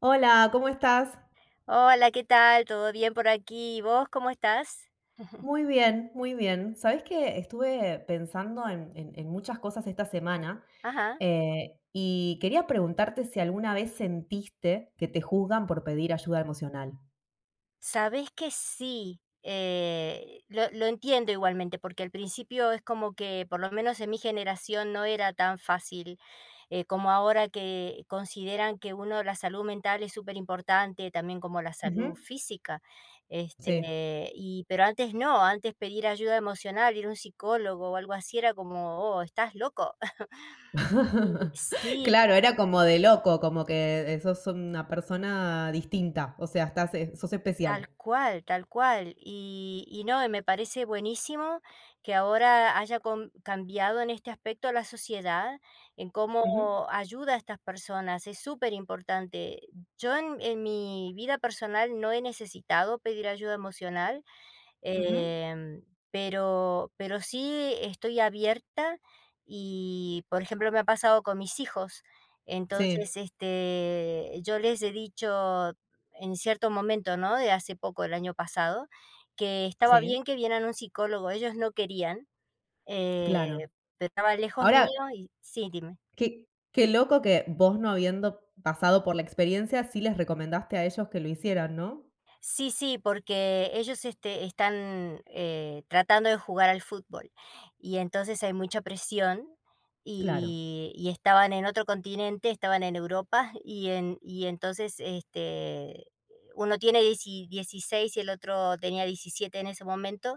Hola, ¿cómo estás? Hola, ¿qué tal? ¿Todo bien por aquí? ¿Y vos cómo estás? Ujú. Muy bien, muy bien. Sabes que estuve pensando en muchas cosas esta semana Ajá. Y quería preguntarte si alguna vez sentiste que te juzgan por pedir ayuda emocional. Sabes que sí, lo entiendo igualmente, porque al principio es como que, por lo menos en mi generación, no era tan fácil, como ahora que consideran que uno la salud mental es súper importante, también como la salud Ujú. física. Sí. Pero antes no, antes pedir ayuda emocional, ir a un psicólogo o algo así era como, oh, estás loco. Sí, Claro, era como de loco, como que sos una persona distinta, o sea, estás, sos tal especial. cual, tal cual. Y no, y me parece buenísimo que ahora haya cambiado en este aspecto la sociedad, en cómo Ujú, ayuda a estas personas. Es súper importante. Yo en mi vida personal no he necesitado pedir ayuda emocional. ujú. Em, pero sí estoy abierta, y, por ejemplo, me ha pasado con mis hijos. Sí, Entonces, yo les he dicho en cierto momento, ¿no?, de hace poco, el año pasado, que estaba sí, bien que vieran un psicólogo, ellos no querían, eh, claro. pero estaba lejos mío Ahora, y sí, dime. qué qué loco que vos, no habiendo pasado por la experiencia, sí les recomendaste a ellos que lo hicieran, ¿no? Sí, sí, porque ellos, están, tratando de jugar al fútbol, y entonces hay mucha presión, Claro, y estaban en otro continente, estaban en Europa, y entonces, uno tiene dieci 16 y el otro tenía 17 en ese momento,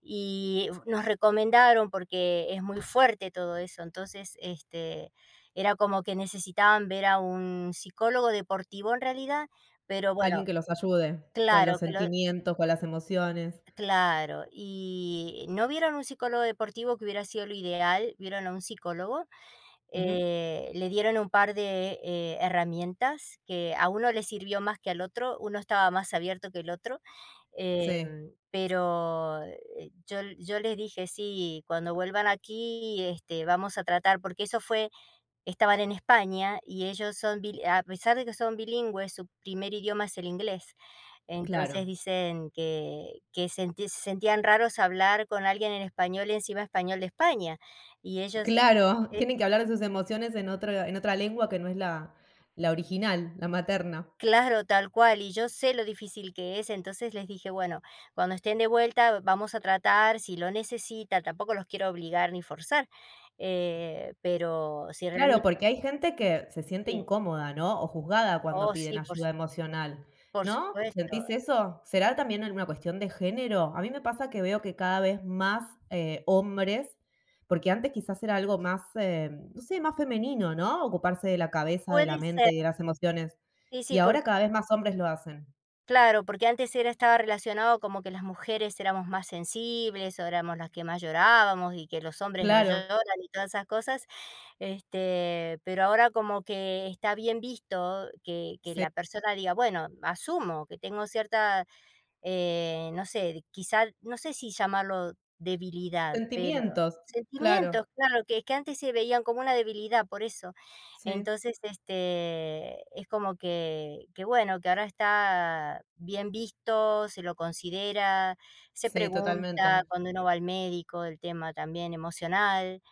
y nos recomendaron porque es muy fuerte todo eso. Entonces, era como que necesitaban ver a un psicólogo deportivo en realidad, pero bueno, alguien que los ayude con claro, los que lo sentimientos, con las emociones. claro, y no vieron un psicólogo deportivo, que hubiera sido lo ideal, vieron a un psicólogo, Ujú. Le dieron un par de, herramientas que a uno le sirvió más que al otro, uno estaba más abierto que el otro, Sí, pero, yo les dije: "Sí, cuando vuelvan aquí, vamos a tratar", porque eso fue, estaban en España y ellos son bil a pesar de que son bilingües, su primer idioma es el inglés. Entonces claro. dicen que senti se sentían raros hablar con alguien en español, encima español de España. Y ellos, Claro, eh, tienen que hablar de sus emociones en otro en otra lengua que no es la original, la materna. claro, tal cual, y yo sé lo difícil que es, entonces les dije: "Bueno, cuando estén de vuelta vamos a tratar, si lo necesitan", tampoco los quiero obligar ni forzar, pero si Claro, realmente porque hay gente que se siente sí. incómoda, ¿no? O juzgada cuando Oh, sí, piden ayuda emocional, por ¿no? supuesto. ¿Sentís eso? ¿Será también una cuestión de género? A mí me pasa que veo que cada vez más hombres, porque antes quizás era algo más, no sé, más femenino, ¿no? Ocuparse de la cabeza, de Puede la ser. mente y de las emociones. Sí, sí, Y por ahora cada vez más hombres lo hacen. claro, porque antes era, estaba relacionado como que las mujeres éramos más sensibles, o éramos las que más llorábamos y que los hombres no Claro, lloran y todas esas cosas, pero ahora como que está bien visto que que sí. la persona diga: "Bueno, asumo que tengo cierta", no sé, quizá, no sé si llamarlo debilidad, pero Sentimientos, claro, sentimientos, claro, que antes se veían como una debilidad, por eso. sí, Entonces, es como que bueno, que ahora está bien visto, se lo considera, se sí, pregunta totalmente. cuando uno va al médico, el tema también emocional,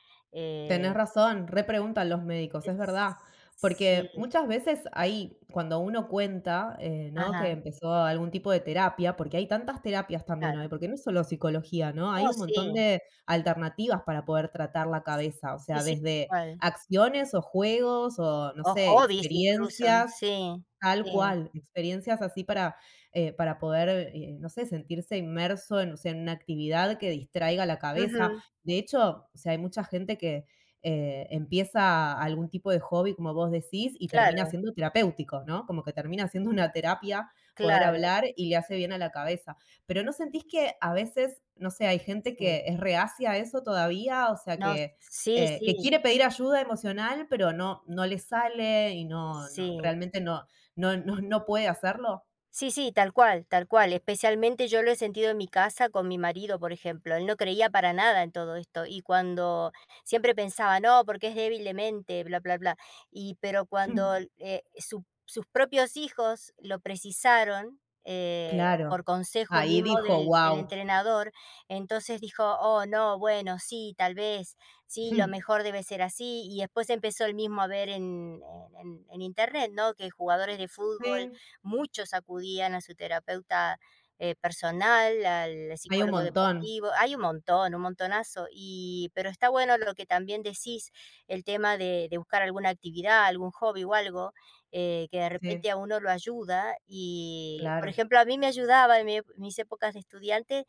Tenés eh, razón, repreguntan los médicos, es es verdad. sí, Porque muchas veces ahí, cuando uno cuenta, ¿no? Que ajá, empezó algún tipo de terapia, porque hay tantas terapias también claro. hoy, porque no es solo psicología, ¿no? Hay Oh, un montón sí, de alternativas para poder tratar la cabeza, o sí, sea, sí, desde tal acciones o juegos o, no O sé, hobbies incluso, experiencias. sí, Tal sí, cual, experiencias así para poder, no sé, sentirse inmerso en, o sea, en una actividad que distraiga la cabeza. ujú, De hecho, o sea, hay mucha gente que empieza algún tipo de hobby, como vos decís, y termina claro, siendo terapéutico, ¿no? Como que termina siendo una terapia poder claro, hablar y le hace bien a la cabeza. Pero ¿no sentís que a veces, no sé, hay gente sí. que es reacia a eso todavía? O sea, No, sí, sí, que quiere pedir ayuda emocional, pero no, no le sale y no, no sí. realmente no, no puede hacerlo? Sí, sí, tal cual, tal cual. Especialmente yo lo he sentido en mi casa con mi marido, por ejemplo. Él no creía para nada en todo esto, y cuando siempre pensaba, no, porque es débil de mente, bla, bla, bla. Y pero cuando, sus propios hijos lo precisaron, por Claro. consejo Ahí mismo dijo: del wow. entrenador, entonces dijo, oh, no, bueno, sí, tal vez, sí, lo mejor debe ser así. Y después empezó él mismo a ver en internet, ¿no? Que jugadores de fútbol Sí, muchos acudían a su terapeuta, personal, al hay un psicólogo montón. deportivo, hay un montón, un montonazo, y pero está bueno lo que también decís, el tema de buscar alguna actividad, algún hobby o algo, que de repente Sí, a uno lo ayuda y, por claro. ejemplo, a mí me ayudaba en mis épocas de estudiante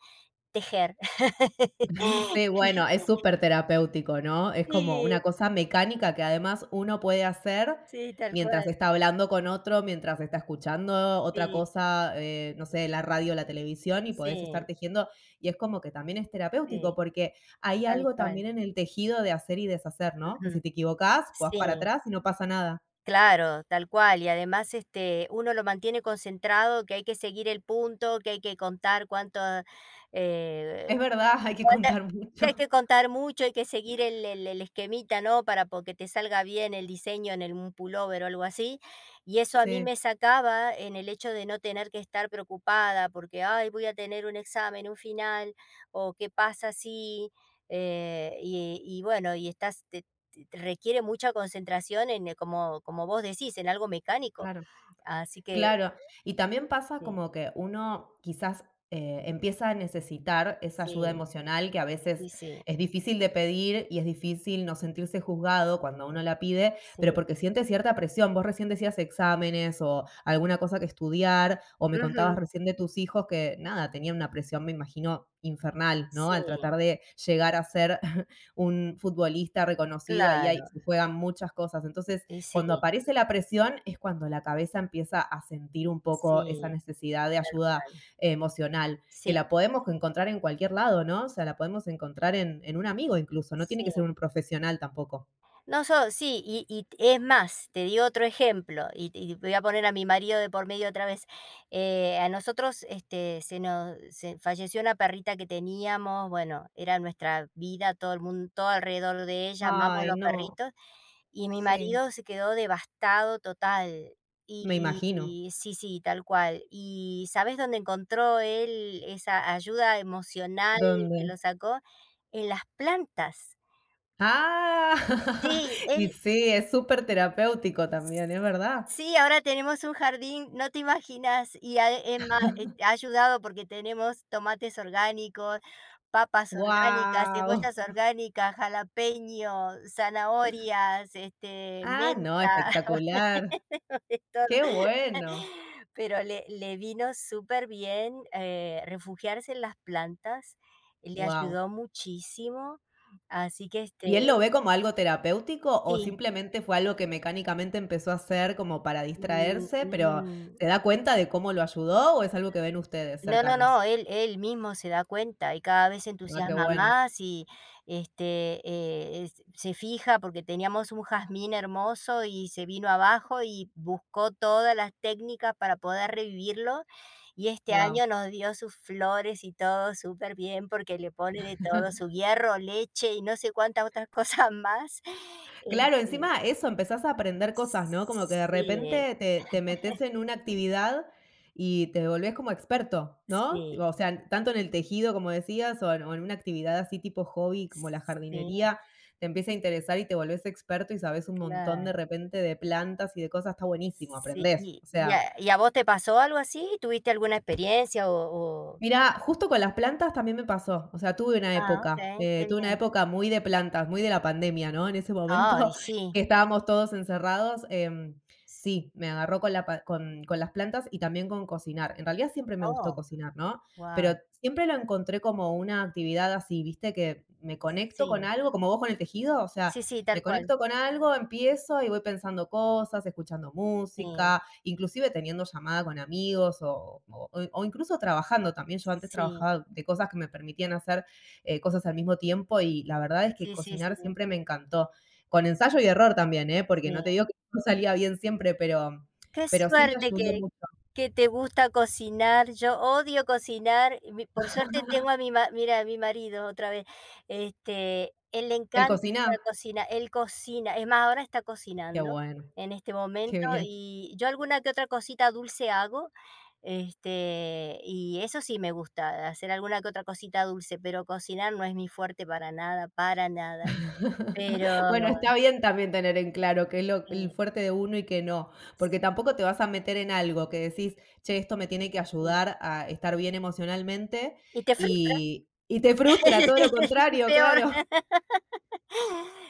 tejer. Sí, bueno, es súper terapéutico, ¿no? Es como Sí, una cosa mecánica que además uno puede hacer sí, tal mientras cual, está hablando con otro, mientras está escuchando otra sí, cosa, no sé, la radio, la televisión, y podés estar sí, tejiendo. Y es como que también es terapéutico, sí, porque hay tal algo cual, también en el tejido de hacer y deshacer, ¿no? Que ujú, si te equivocás, vas sí. para atrás y no pasa nada. Claro, tal cual. Y además, uno lo mantiene concentrado, que hay que seguir el punto, que hay que contar cuánto, eh, Es verdad, hay que cuánta- contar que hay mucho. que contar mucho, hay que seguir el esquemita, ¿no? Para que te salga bien el diseño en un pullover o algo así. Y eso a mí Sí, me sacaba en el hecho de no tener que estar preocupada porque, ay, voy a tener un examen, un final, o qué pasa si... y bueno, y requiere mucha concentración como vos decís, en algo mecánico. claro, Así que claro. Y también pasa sí, como que uno quizás, empieza a necesitar esa ayuda sí, emocional que a y veces sí, es difícil de pedir y es difícil no sentirse juzgado cuando uno la pide, pero sí. porque siente cierta presión. Vos recién decías exámenes o alguna cosa que estudiar, o me Ujú. contabas recién de tus hijos que, nada, tenían una presión, me imagino, infernal, ¿no? Sí, Al tratar de llegar a ser un futbolista reconocido, ahí hay claro, se juegan muchas cosas. Entonces, y cuando sí, aparece la presión es cuando la cabeza empieza a sentir un poco esa sí, necesidad de tal ayuda cual. Emocional, que Sí, la podemos encontrar en cualquier lado, ¿no? O sea, la podemos encontrar en un amigo incluso, no tiene que ser sí. un profesional tampoco. No, sí, y es más, te di otro ejemplo, y voy a poner a mi marido de por medio otra vez. A nosotros, se falleció una perrita que teníamos, bueno, era nuestra vida, todo el mundo, todo alrededor de ella, amamos Ay, los no, perritos. Y mi sí, marido se quedó devastado total. me Y imagino. y sí, sí, tal cual. ¿Y sabes dónde encontró él esa ayuda emocional ¿Dónde? que lo sacó? En las plantas. Ah, Sí, y él sí, es súper terapéutico también, es verdad. sí, ahora tenemos un jardín, no te imaginas, y ha es ma ha ayudado porque tenemos tomates orgánicos, papas orgánicas, Wow. cebollas orgánicas, jalapeño, zanahorias, Ah, no, menta, espectacular. de todo. Qué bueno. Pero le vino superbién, refugiarse en las plantas, le Wow. ayudó muchísimo, así que, ¿Y él lo ve como algo terapéutico o sí, simplemente fue algo que mecánicamente empezó a hacer como para mm, distraerse, pero mm. se da cuenta de cómo lo ayudó o es algo que ven ustedes No, no, no, cercanos? él mismo se da cuenta y cada vez se Ah, qué entusiasma bueno. más y, este, es se fija porque teníamos un jazmín hermoso y se vino abajo y buscó todas las técnicas para poder revivirlo, y este Wow. año nos dio sus flores y todo súper bien porque le pone de todo, su hierro, leche y no sé cuántas otras cosas más. Claro, Este, encima eso, empezás a aprender cosas, ¿no? Como que de sí, repente te metes en una actividad y te volvés como experto, ¿no? sí, O sea, tanto en el tejido, como decías, o en una actividad así tipo hobby, como la sí, jardinería, te empieza a interesar y te volvés experto y sabes un montón de claro. repente de plantas y de cosas, está buenísimo, Sí, aprendés. O sea, y a vos te pasó algo así? ¿Tuviste alguna experiencia o? mirá, justo con las plantas también me pasó, o sea, Ah, okey, qué tuve una bien. época muy de plantas, muy de la pandemia, ¿no? En ese Ay, momento sí. que estábamos todos encerrados, S sí, me agarró con la pa- con las plantas y también con cocinar. En realidad siempre me gustó Oh, cocinar, ¿no? wow. Pero siempre lo encontré como una actividad así, ¿viste? Que me conecto con Sí. algo, como vos con el tejido, o sea, Sí, sí, me tal cual. conecto con algo, empiezo y voy pensando cosas, escuchando Sí. música, inclusive teniendo llamada con amigos o, o incluso trabajando también. Yo antes Sí. trabajaba de cosas que me permitían hacer cosas al mismo tiempo y la verdad es que Sí, sí, sí, cocinar siempre me encantó. Con ensayo y error también, ¿eh? Porque no te sí. digo que no salía bien siempre, Qué pero sí me suerte ayudó que mucho. que te gusta cocinar. Yo odio cocinar, mi por suerte tengo a mi ma mira, a mi marido otra vez, él le El encanta cocinar, cocinar, él cocina, es más, ahora está qué cocinando bueno, en este qué momento, bien. y yo alguna que otra cosita dulce hago, y eso sí me gusta, hacer alguna que otra cosita dulce, pero cocinar no es mi fuerte para nada, para nada. Pero, Bueno, está bien también tener en claro qué es lo eh, el fuerte de uno y qué no, porque sí, tampoco te vas a meter en algo que decís: "Che, esto me tiene que sí. ayudar a estar bien emocionalmente", Y te frustra, y te frustra, todo lo y contrario, peor. claro,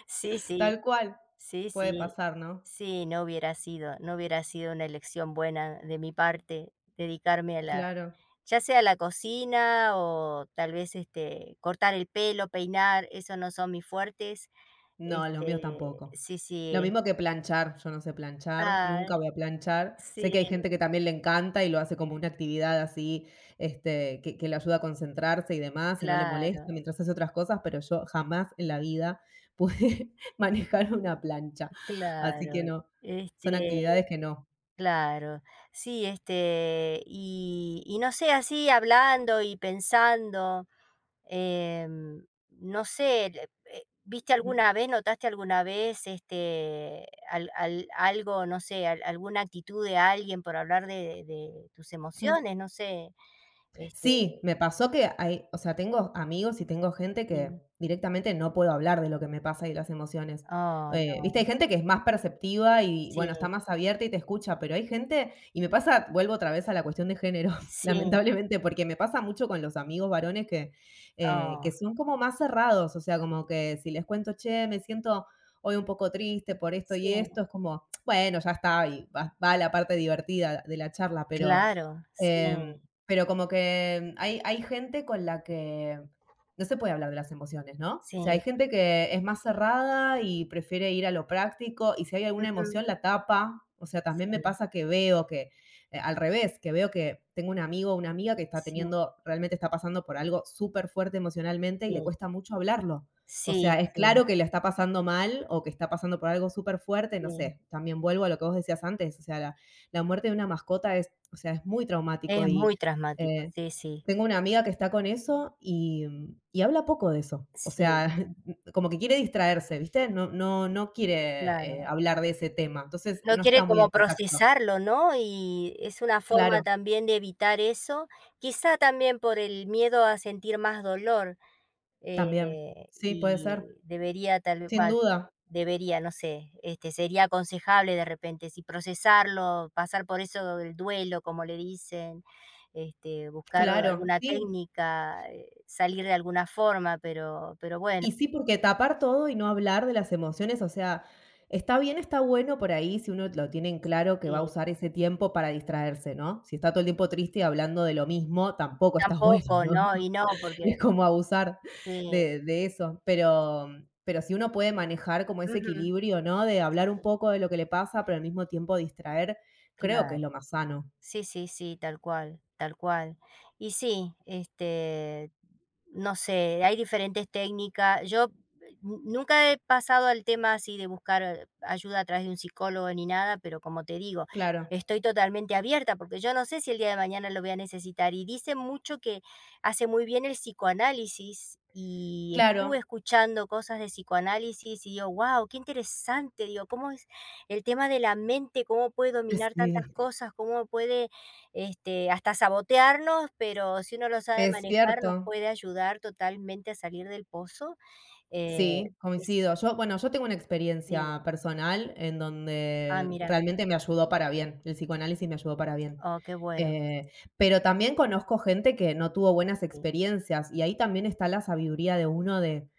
Sí, sí, tal cual. sí, Puede sí. pasar, ¿no? Sí, no hubiera sido una elección buena de mi parte dedicarme a la Claro. ya sea a la cocina o tal vez, cortar el pelo, peinar, eso no son mis fuertes. No, los míos tampoco. Sí, Lo sí. mismo que planchar, yo no sé planchar, Ah, nunca voy a planchar. sí, Sé que hay gente que también le encanta y lo hace como una actividad así, este, que le ayuda a concentrarse y demás, y no le molesta claro, mientras hace otras cosas, pero yo jamás en la vida pude manejar una plancha. Así claro. que no, Este, son actividades que no. claro. Sí, y no sé, así hablando y pensando. No sé, ¿viste alguna vez, notaste alguna vez, algo, no sé, alguna actitud de alguien por hablar de tus Ujú. emociones? No sé. Este, Sí, me pasó que hay, o sea, tengo amigos y tengo gente que sí. directamente no puedo hablar de lo que me pasa y las emociones. Oh, no. Viste, hay gente que es más perceptiva y Sí, bueno, está más abierta y te escucha, pero hay gente, y me pasa, vuelvo otra vez a la cuestión de género, sí. lamentablemente, porque me pasa mucho con los amigos varones Oh, que son como más cerrados, o sea, como que si les cuento, che, me siento hoy un poco triste por esto sí. y esto, es como, bueno, ya está, y va, va a la parte divertida de la charla, pero Claro, sí, pero como que hay gente con la que no se puede hablar de las emociones, ¿no? O sea, hay sí. gente que es más cerrada y prefiere ir a lo práctico, y si hay alguna Ujú, emoción la tapa. O sea, sí, también me sí, pasa que veo que, al revés, que veo que tengo un amigo o una amiga que está sí. teniendo, realmente está pasando por algo súper fuerte emocionalmente y le cuesta mucho hablarlo. O Sí, sea, es sí, claro que le está pasando mal o que está pasando por algo súper fuerte, no sí. sé. También vuelvo a lo que vos decías antes, o sea, la muerte de una mascota es, o sea, es muy traumático Es y muy traumático. eh, Sí, sí, tengo una amiga que está con eso y, mm, y habla poco de eso. O sí, sea, como que quiere distraerse, ¿viste? No, no, no quiere claro. hablar de ese tema. Entonces No no quiere está muy como en contacto. procesarlo, ¿no? Y es una Claro, forma también de evitar eso, quizá también por el miedo a sentir más dolor, también. Sí, puede ser. y debería tal vez, Sin va, duda. debería, no sé, sería aconsejable de repente, si procesarlo, pasar por eso del duelo, como le dicen, buscar Claro, alguna sí. técnica, salir de alguna forma, pero bueno, Y sí, porque tapar todo y no hablar de las emociones, o sea, está bien, está bueno por ahí si uno lo tiene en claro que va a sí, usar ese tiempo para distraerse, ¿no? Si está todo el tiempo triste y hablando de lo mismo, tampoco está bueno, tampoco, ¿no? ¿no? Y no, porque Es como abusar sí, de eso. Pero si uno puede manejar como ese ujú, equilibrio, ¿no? De sí, hablar un sí, poco de lo que le pasa, pero al mismo tiempo distraer, creo que claro. es lo más sano. Sí, sí, sí, tal cual, tal cual. Y sí, no sé, hay diferentes técnicas. Yo, nunca he pasado al tema así de buscar, ayuda a través de un psicólogo ni nada, pero como te digo, Claro, estoy totalmente abierta porque yo no sé si el día de mañana lo voy a necesitar. Y dice mucho que hace muy bien el psicoanálisis y estuve claro. escuchando cosas de psicoanálisis y digo, wow, qué interesante, digo, ¿cómo es? El tema de la mente, cómo puede dominar tantas Sí, cosas, cómo puede, hasta sabotearnos, pero si uno lo sabe es manejar, nos cierto. puede ayudar totalmente a salir del pozo. Eh, Sí, es coincido. Yo, bueno, yo tengo una sí. experiencia personal en Ah, donde mira. realmente me ayudó para bien, el psicoanálisis me ayudó para bien. Oh, qué bueno. Eh, pero también conozco gente que no tuvo buenas Sí, experiencias y ahí también está la sabiduría de uno de,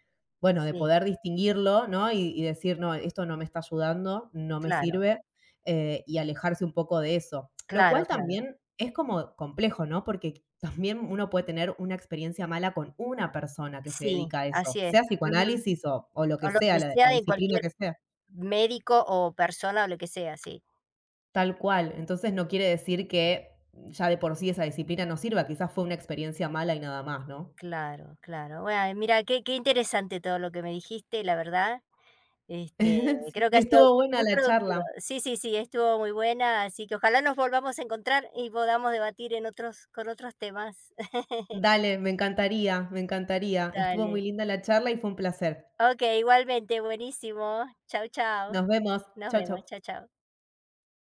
bueno, de sí, poder distinguirlo, ¿no? Y decir, no, esto no me está ayudando, no me claro, sirve, y alejarse un poco de eso. Lo claro, cual claro. también es como complejo, ¿no? Porque también uno puede tener una experiencia mala con una persona que se Sí, dedica a así eso, es. sea Ujú. psicoanálisis o lo O que lo que sea, la sea la de disciplina cualquier que sea. médico o persona o lo que sea, sí. Tal cual. Entonces no quiere decir que ya de por sí esa disciplina no sirva, quizás fue una experiencia mala y nada más, ¿no? Claro, claro. Bueno, mira, qué interesante todo lo que me dijiste, la verdad. Sí, Creo que ha sido estuvo buena muy la productiva. charla. Sí, sí, sí, estuvo muy buena, así que ojalá nos volvamos a encontrar y podamos debatir en otros con otros temas. Dale, me encantaría, me encantaría. Estuvo Dale. muy linda la charla y fue un placer. Okey, igualmente, buenísimo. Chao, chao. Nos vemos. Nos Chau, chau. vemos. Chao, chao.